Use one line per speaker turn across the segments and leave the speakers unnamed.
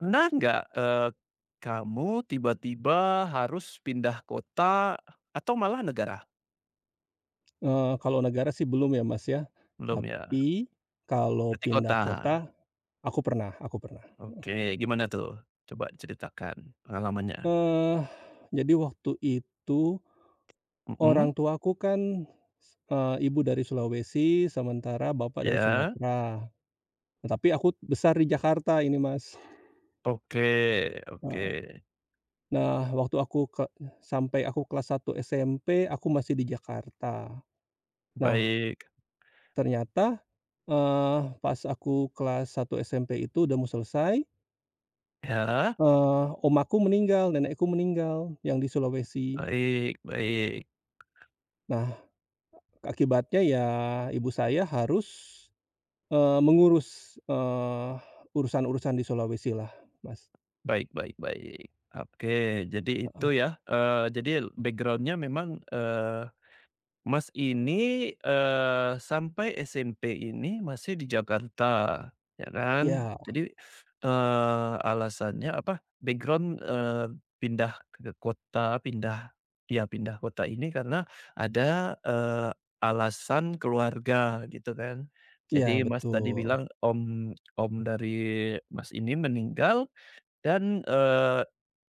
Pernah nggak, kamu tiba-tiba harus pindah kota atau malah negara?
Kalau negara sih belum ya, Mas, ya.
Belum ya?
Tapi kalau
Berarti
pindah
kota.
kota, aku pernah aku pernah.
Oke, gimana tuh? Coba ceritakan pengalamannya.
Eee, jadi waktu itu
Mhm,
orang tuaku kan, ibu dari Sulawesi, sementara bapak dari
ya.
Sumatera. Nah, tapi aku besar di Jakarta ini, Mas.
Oke oke.
Heeh. Nah, waktu aku ke sampai aku kelas satu SMP, aku masih di Jakarta. Nah,
Baik.
ternyata, pas aku kelas satu SMP itu udah mau selesai.
Ya,
Om aku meninggal, nenekku meninggal yang di Sulawesi.
baik baik.
Nah, akibatnya ya ibu saya harus, mengurus, urusan-urusan di Sulawesi lah, Mas.
Baik baik baik. Oke, jadi itu ya, jadi backgroundnya memang, Mas ini, sampai SMP ini masih di Jakarta, ya kan.
Iya
Jadi, alasannya apa, background, pindah ke kota, pindah iya pindah kota ini karena ada, alasan keluarga gitu kan.
iya
Jadi Mas tadi
betul.
bilang om om dari Mas ini meninggal dan,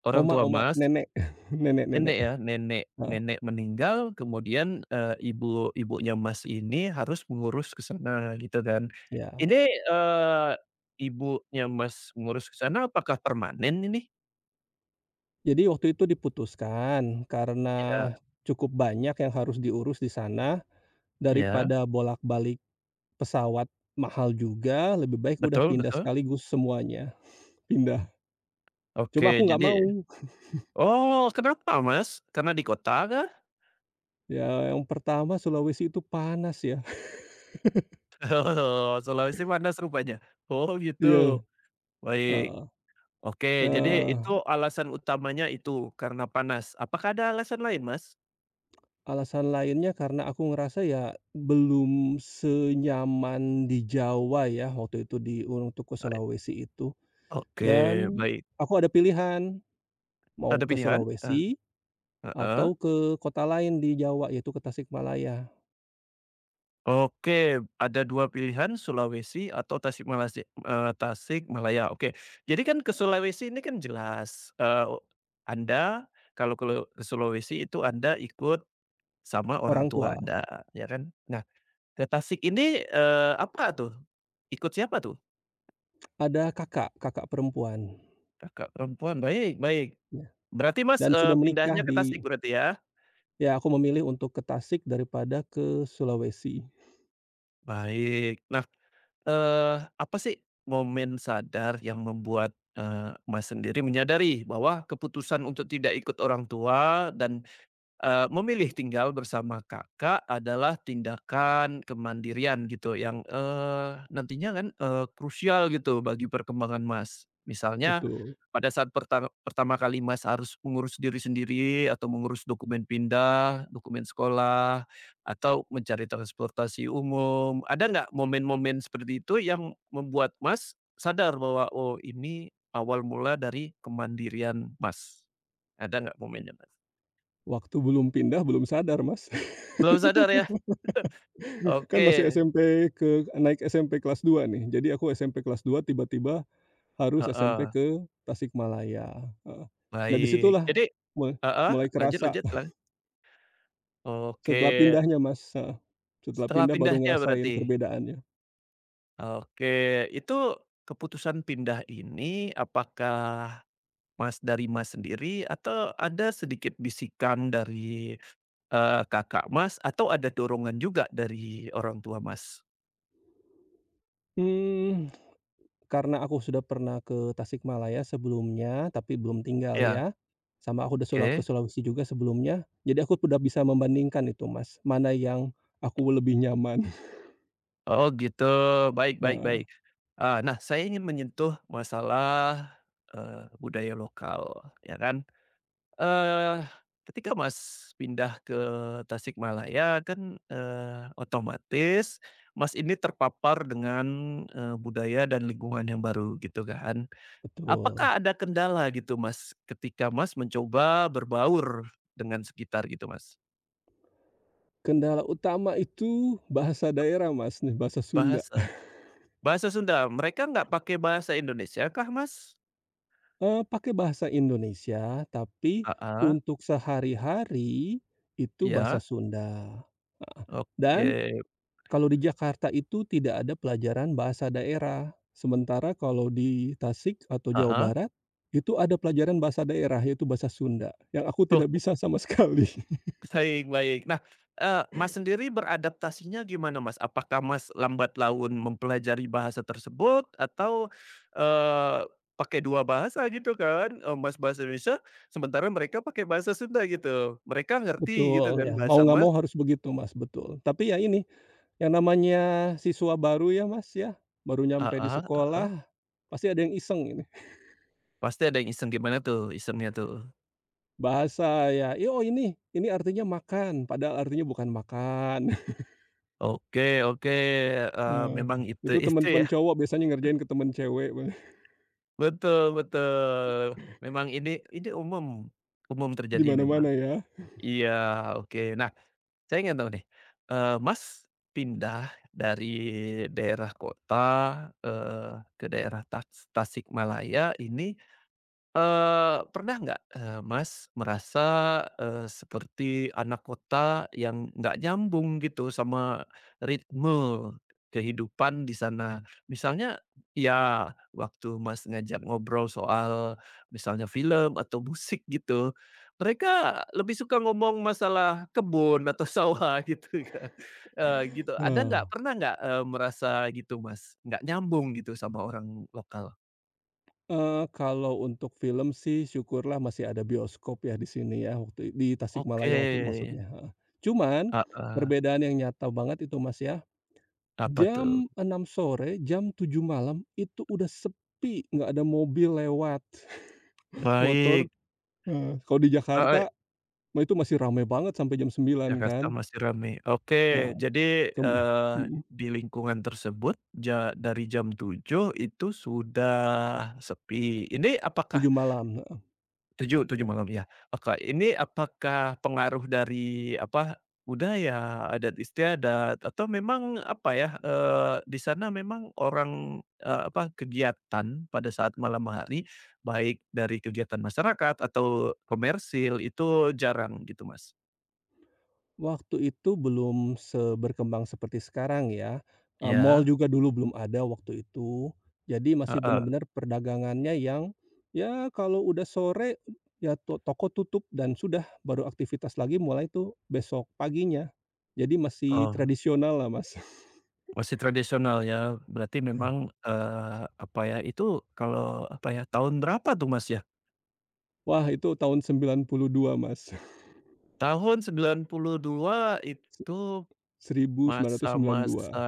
orang
Oma
tua
oma,
Mas.
nenek, nenek
Nenek
nenek,
ya, nenek
heeh,
nenek meninggal kemudian, ibu ibunya Mas ini harus mengurus ke sana gitu kan.
iya.
Ini, eee, ibunya Mas mengurus ke sana apakah permanen ini?
Jadi waktu itu diputuskan
Ya,
karena cukup banyak yang harus diurus di sana,
ya,
daripada bolak-balik pesawat mahal juga, lebih baik udah
betul
pindah
betul.
sekaligus semuanya, pindah.
Oke
Cuma aku nggak
jadi
mau.
oh kenapa Mas? Karena di kota kah?
Ya, yang pertama Sulawesi itu panas ya.
Oh Sulawesi panas rupanya? Oh gitu,
Iya,
baik.
heeh.
Oke jadi itu
Eee,
alasan utamanya itu karena panas, apakah ada alasan lain Mas?
Alasan lainnya karena aku ngerasa ya belum senyaman di Jawa ya, waktu itu untuk ke
Baik,
Sulawesi itu.
oke
Dan
baik.
aku ada pilihan, mau
Ada
ke
pilihan? Eh,
Sulawesi
heeh.
atau ke kota lain di Jawa yaitu ke Tasikmalaya.
Oke, ada 2 pilihan Sulawesi atau Tasik Malasi Tasikmalaya, oke. Jadi kan ke Sulawesi ini kan jelas, Anda kalau ke Sulawesi itu Anda ikut sama orang
Orang
tua
tua,
Anda, ya kan. Nah, ke Tasik ini, apa tuh? Ikut siapa tuh?
ada kakak, kakak perempuan,
Kakak perempuan, baik baik.
ya,
Berarti Mas,
dan sudah menikah
pindahnya ke Tasik berarti ya?
ya aku memilih untuk ke Tasik daripada ke Sulawesi,
Baik. Nah, apa sih momen sadar yang membuat, Mas sendiri menyadari bahwa keputusan untuk tidak ikut orang tua dan, memilih tinggal bersama Kakak adalah tindakan kemandirian gitu yang, nantinya kan, krusial gitu bagi perkembangan Mas? Misalnya
betul.
pada saat pertama pertama kali Mas harus mengurus diri sendiri atau mengurus dokumen pindah, dokumen sekolah, atau mencari transportasi umum, ada nggak momen-momen seperti itu yang membuat Mas sadar bahwa, "Oh, ini awal mula dari kemandirian Mas." Ada nggak momennya, Mas?
Waktu belum pindah, belum sadar, Mas.
Belum sadar ya?
Kan masih
Oke,
SMP naik SMP kelas 2 nih. Jadi aku SMP kelas 2 tiba-tiba harus SMP
heeh,
ke Tasikmalaya, heeh. Nah,
baik.
disitulah
Jadi
situlah
heeh,
mulai
lanjut
kerasa
lanjut, silakan.
setelah
Oke,
pindahnya, Mas, heeh. Setelah
setelah
pindah baru
pindahnya
ngerasain
berarti?
perbedaannya.
Oke, itu keputusan pindah ini apakah Mas dari Mas sendiri atau ada sedikit bisikan dari, kakak Mas atau ada dorongan juga dari orang tua Mas?
Mmm, karena aku sudah pernah ke Tasikmalaya sebelumnya, tapi belum tinggal
Ya,
ya, sama aku udah ke
oke.
Sulawesi juga sebelumnya, jadi aku udah bisa membandingkan itu, Mas, mana yang aku lebih nyaman.
Oh gitu, baik baik baik. Nah saya ingin menyentuh masalah, budaya lokal, ya kan. Eee, ketika Mas pindah ke Tasikmalaya kan, otomatis Mas ini terpapar dengan, budaya dan lingkungan yang baru gitu kan.
Betul.
Apakah ada kendala gitu Mas, ketika Mas mencoba berbaur dengan sekitar gitu Mas?
Kendala utama itu bahasa daerah, Mas, nih, bahasa Sunda.
Bahasa bahasa Sunda, mereka nggak pakai bahasa Indonesia kah Mas?
Pakai bahasa Indonesia, tapi
Ah, ah,
untuk sehari-hari itu
ya,
bahasa Sunda, heeh. Dan
oke,
kalau di Jakarta itu tidak ada pelajaran bahasa daerah. Sementara kalau di Tasik atau
Ah,
Jawa
heeh.
Barat, itu ada pelajaran bahasa daerah, yaitu bahasa Sunda, yang aku tidak bisa sama sekali.
Baik baik. Nah, Mas sendiri beradaptasinya gimana Mas? Apakah Mas lambat laun mempelajari bahasa tersebut atau, eee, pakai 2 bahasa gitu kan, Mas bahasa Indonesia, sementara mereka pakai bahasa Sunda gitu. Mereka ngerti gitu
Betul,
kan
ya, mau
bahasa
nggak
Mas
mau harus begitu, Mas, betul. Tapi ya ini, yang namanya siswa baru ya, Mas, ya, baru
ah
nyampe di
ah ah, ah.
sekolah, pasti ada yang iseng ini.
Pasti ada yang iseng gimana tuh isengnya tuh?
Bahasa ya, "Ih, oh ini, artinya makan," padahal artinya bukan makan.
Oke oke,
Nah,
memang itu
itu
itu
teman-teman
ya.
cowok biasanya ngerjain ke teman cewek.
Betul betul. Memang ini umum umum
Di
terjadi memang.
mana-mana ya.
Iya, oke. Nah, saya ingin tahu nih, Mas pindah dari daerah kota, ke daerah Tas Tasikmalaya ini. Pernah nggak, Mas, merasa, seperti anak kota yang nggak nyambung gitu sama ritme kehidupan di sana? Misalnya, ya waktu Mas ngajak ngobrol soal misalnya film atau musik gitu, mereka lebih suka ngomong masalah kebun atau sawah gitu kan, gitu. Ada nggak,
Nah,
pernah nggak, merasa gitu Mas, nggak nyambung gitu sama orang lokal?
kalau untuk film sih syukurlah masih ada bioskop ya di sini ya, waktu di
Oke,
Tasikmalaya waktu maksudnya, heeh. Cuman
heeh.
perbedaan yang nyata banget itu, Mas, ya.
Apa tuh?
Jam enam sore, jam tujuh malam itu udah sepi, nggak ada mobil lewat, motor,
Baik,
heeh, kalau di
heeh,
Jakarta mah itu masih ramai banget sampai jam sembilan kan.
Jakarta masih rame. Oke,
Nah,
jadi,
kem
eee,
mhm,
di lingkungan tersebut ja dari jam tujuh itu sudah sepi. Ini apakah
7.00 malam, heeh.
7 7 malam ya. Oka ini apakah pengaruh dari apa, budaya, adat istiadat atau memang apa ya, di sana memang orang, apa, kegiatan pada saat malam hari, baik dari kegiatan masyarakat atau komersil itu jarang gitu, Mas?
Waktu itu belum seberkembang seperti sekarang ya, mall
Ya,
juga dulu belum ada waktu itu, jadi masih
heeh.
benar-benar perdagangannya yang, ya kalau udah sore ya toko tutup dan sudah baru aktivitas lagi mulai tuh besok paginya. Jadi masih
Oh,
tradisional lah Mas.
masih tradisional ya. Berarti memang, apa ya, itu kalau apa ya, tahun berapa tuh, Mas, ya?
Wah itu tahun 92 Mas,
Tahun 92
se
itu
1992.
masa-masa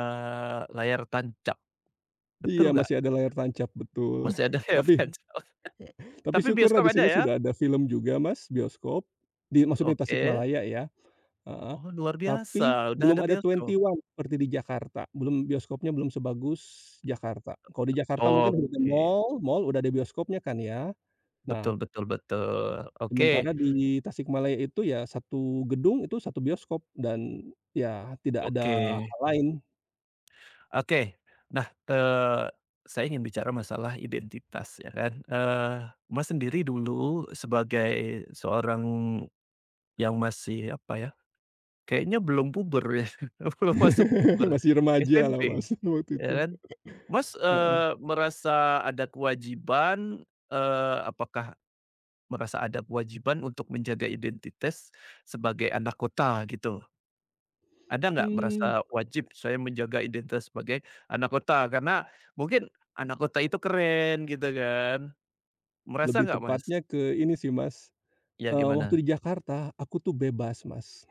layar tancap,
Iya
betul nggak?
masih ada layar tancap betul.
Masih ada layar
Tapi
tancap?
Tapi
Tapi
syukurlah
bioskop
di
ada
sini
ya?
sudah ada film juga Mas, bioskop, maksudnya
Oke.
Tasikmalaya ya, heeh.
Oh luar biasa,
Tapi
udah
belum
ada
ada
bioskop?
Twenty One seperti di Jakarta, belum bioskopnya belum sebagus Jakarta. Kalau di Jakarta mungkin udah ada
Oke,
mall mall udah ada bioskopnya kan ya.
betul
Nah,
betul betul.
sementara
Oke
di Tasikmalaya itu ya satu gedung itu satu bioskop dan ya tidak ada
oke
hal lain.
oke. Nah, saya ingin bicara masalah identitas ya kan, Mas sendiri dulu sebagai seorang yang masih apa ya, kayaknya belum puber ya, belum masuk puber,
Masih remajalah
SMP
Mas waktu
ya
itu,
kan? Mas,
heeh.
merasa ada kewajiban, apakah merasa ada kewajiban untuk menjaga identitas sebagai anak kota gitu? Ada nggak merasa
Mmm,
wajib saya menjaga identitas sebagai anak kota? Karena mungkin anak kota itu keren gitu kan. Merasa
Lebih
nggak Mas?
tepatnya ke ini sih Mas.
Ya gimana?
Waktu di Jakarta, aku tuh bebas, Mas.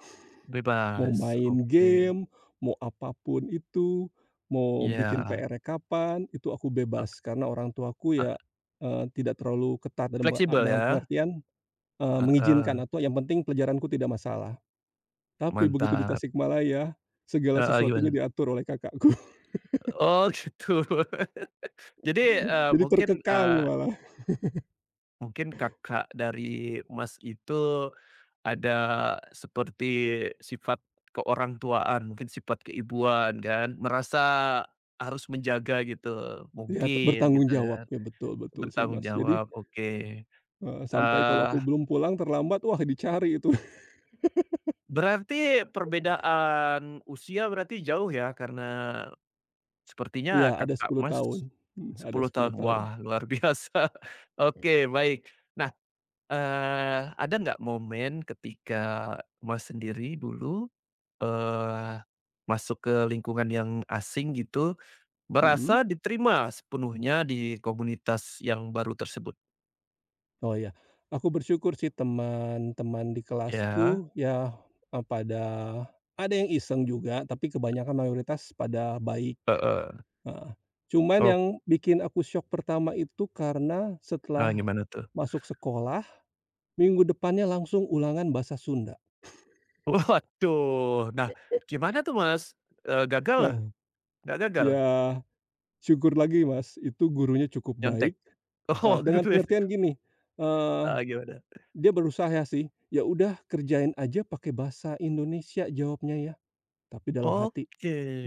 Mau
Bebas,
main
oke.
game, mau apapun itu, mau bikin
Iya,
PR-nya kapan, itu aku
ek
bebas. Karena orang tuaku
e
ya, tidak terlalu ketat
fleksibel
dalam
ya?
pengertian, mengizinkan
Heeh,
atau yang penting pelajaranku tidak masalah. Tapi begitu di
mantap.
Tasikmalaya, segala
Heeh,
sesuatunya
gimana?
diatur oleh kakakku.
Oh gitu. Jadi,
Jadi
mungkin,
terkekang malah.
mungkin kakak dari Mas itu ada seperti sifat keorangtuaan, mungkin sifat keibuan kan, merasa harus menjaga gitu,
Ya,
mungkin
bertanggung
gitu ya,
jawab. Ya, betul betul sih,
bertanggung
Mas. Jadi,
jawab, oke.
sampai kalau aku
Eee,
belum pulang terlambat, wah dicari itu.
berarti perbedaan usia berarti jauh ya? Karena sepertinya
Iya, ada
kakak
10
Mas
tahun, mhm, ada
10
10
tahun,
tahun,
wah luar biasa, oke baik. Ada nggak momen ketika Mas sendiri dulu, eee, masuk ke lingkungan yang asing gitu,
mhm.
merasa diterima sepenuhnya di komunitas yang baru tersebut?
Oh iya, aku bersyukur sih teman-teman di
Ya,
kelasku ya, pada ada yang iseng juga, tapi kebanyakan mayoritas pada baik,
heeh,
heeh. Cuman
oh,
yang bikin aku syok pertama itu karena setelah
gimana tuh?
masuk sekolah, minggu depannya langsung ulangan bahasa Sunda.
Waduh, nah gimana tuh Mas? Gagal
Nah,
lah?
oh.
Nggak gagal?
Ya syukur lagi Mas, itu gurunya cukup
Nyontek?
baik,
Oh,
dengan
gitu ya?
pengertian gini. eee
Heeh, gimana?
Dia berusaha sih, "Ya udah kerjain aja pakai bahasa Indonesia," jawabnya ya. Tapi dalam hati,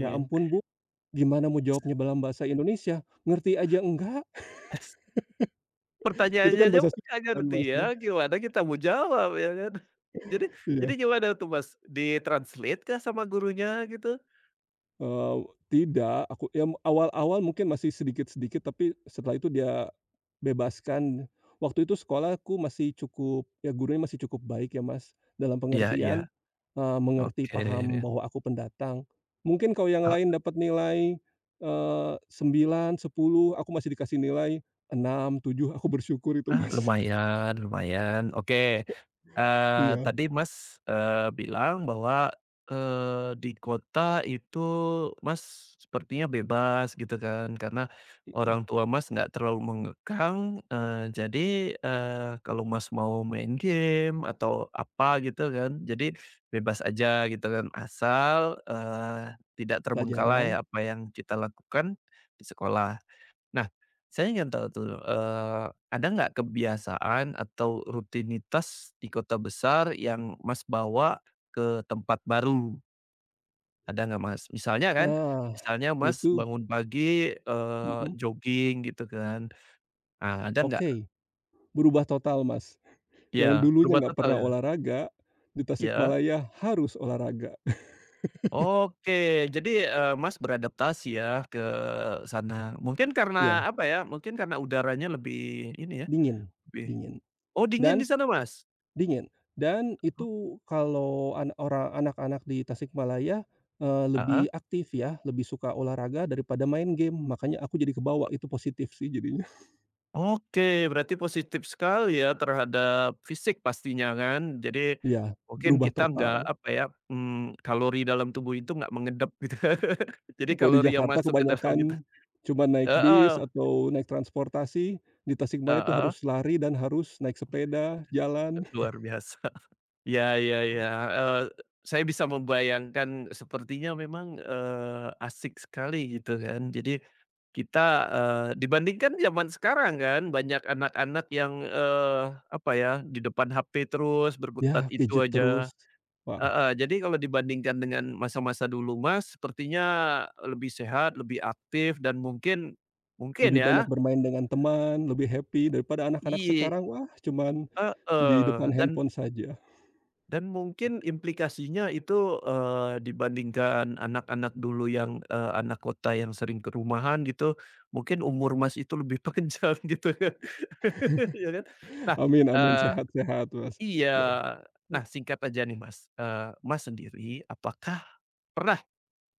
"Ya ampun Bu, gimana mau jawabnya dalam bahasa Indonesia? Ngerti aja enggak?" Itu
Pertanyaannya
kan
aja
bahasa
nggak
Sunda kan
ngerti
Mas
ya,
ya?
gimana kita mau jawab ya kan? Jadi jadi
Iya,
gimana tuh Mas, di-translate kah sama gurunya gitu?
eee, tidak, aku ya awal-awal mungkin masih sedikit-sedikit, tapi setelah itu dia bebaskan. Waktu itu sekolahku masih cukup ya gurunya masih cukup baik ya Mas, dalam
Iya iya,
pengertian, mengerti
oke,
paham bahwa aku pendatang. Mungkin kalau yang lain dapat nilai, 9, 10, aku masih dikasih nilai 6, 7 aku bersyukur itu
heeh,
Mas.
lumayan lumayan, oke.
Iya,
Tadi Mas, bilang bahwa, di kota itu Mas sepertinya bebas gitu kan, karena
mhm,
orang tua Mas nggak terlalu mengekang, jadi, kalau Mas mau main game atau apa gitu kan, jadi bebas aja gitu kan, asal, tidak terbengkalai
pelajaran.
apa yang kita lakukan di sekolah. Nah, saya ingin tahu tuh, ada nggak kebiasaan atau rutinitas di kota besar yang Mas bawa ke tempat baru? Ada nggak Mas? Misalnya kan,
Nah,
misalnya Mas
itu
bangun pagi,
mhm,
jogging gitu kan. Nah, ada nggak?
oke, berubah total Mas. Yang
Ya,
dulunya
berubah
nggak
total
pernah
ya?
olahraga, di
Ya,
Tasikmalaya harus olahraga.
oke, jadi, Mas beradaptasi ya ke sana. Mungkin karena
Ya
apa ya, mungkin karena udaranya lebih ini ya,
dingin
lebih
dingin.
oh dingin
Dan
di sana Mas?
dingin, dan
Oh,
itu kalau an ora anak-anak di Tasikmalaya, lebih aktif ya, lebih suka olahraga daripada main game, makanya aku jadi kebawa itu positif sih jadinya.
oke, berarti positif sekali ya terhadap fisik pastinya kan. Jadi
Ya
mungkin
berubah
kita nggak,
total.
apa ya, kalori dalam tubuh itu nggak mengedap gitu. Jadi
Kalau di
kalori yang
Jakarta
masuk ke dalam itu
kebanyakan cuman naik bis
heeh,
atau naik transportasi, di Tasikmalaya itu
heeh,
harus lari dan harus naik sepeda, jalan.
luar biasa. Ya ya ya, eee, saya bisa membayangkan sepertinya memang, asik sekali gitu kan. Jadi kita, dibandingkan zaman sekarang kan banyak anak-anak yang, apa ya, di depan HP terus
Ya
berkutat itu
gadget terus.
aja.
Wah,
Heeh, jadi kalau dibandingkan dengan masa-masa dulu Mas, sepertinya lebih sehat, lebih aktif dan mungkin mungkin
lebih banyak
ya
bermain dengan teman, lebih happy daripada anak-anak
i
sekarang, wah cuman di depan
heeh,
handphone saja.
dan mungkin implikasinya itu, dibandingkan anak-anak dulu yang, anak kota yang sering ke rumahan gitu, mungkin umur Mas itu lebih panjang gitu kan, ya kan? Nah,
Amin amin,
eee
sehat-sehat, Mas.
iya. Nah singkat aja nih Mas, Mas sendiri apakah pernah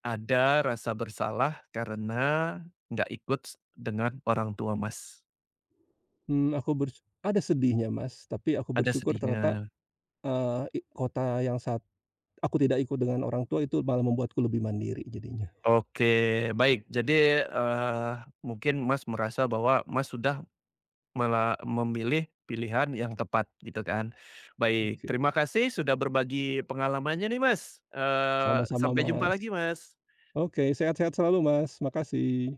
ada rasa bersalah karena nggak ikut s dengan orang tua, Mas.
Aku ada sedihnya, Mas, tapi aku
Ada
bersyukur ternyata,
sedihnya.
eee, i kota yang saat aku tidak ikut dengan orang tua itu malah membuatku lebih mandiri jadinya.
Oke, baik. Jadi, mungkin Mas merasa bahwa Mas sudah malah memilih pilihan yang tepat gitu kan. Baik,
Oke,
terima kasih sudah berbagi pengalamannya nih, Mas.
sama-sama,
Sampai jumpa
Mas.
lagi, Mas.
Oke, sehat-sehat selalu, Mas, makasih.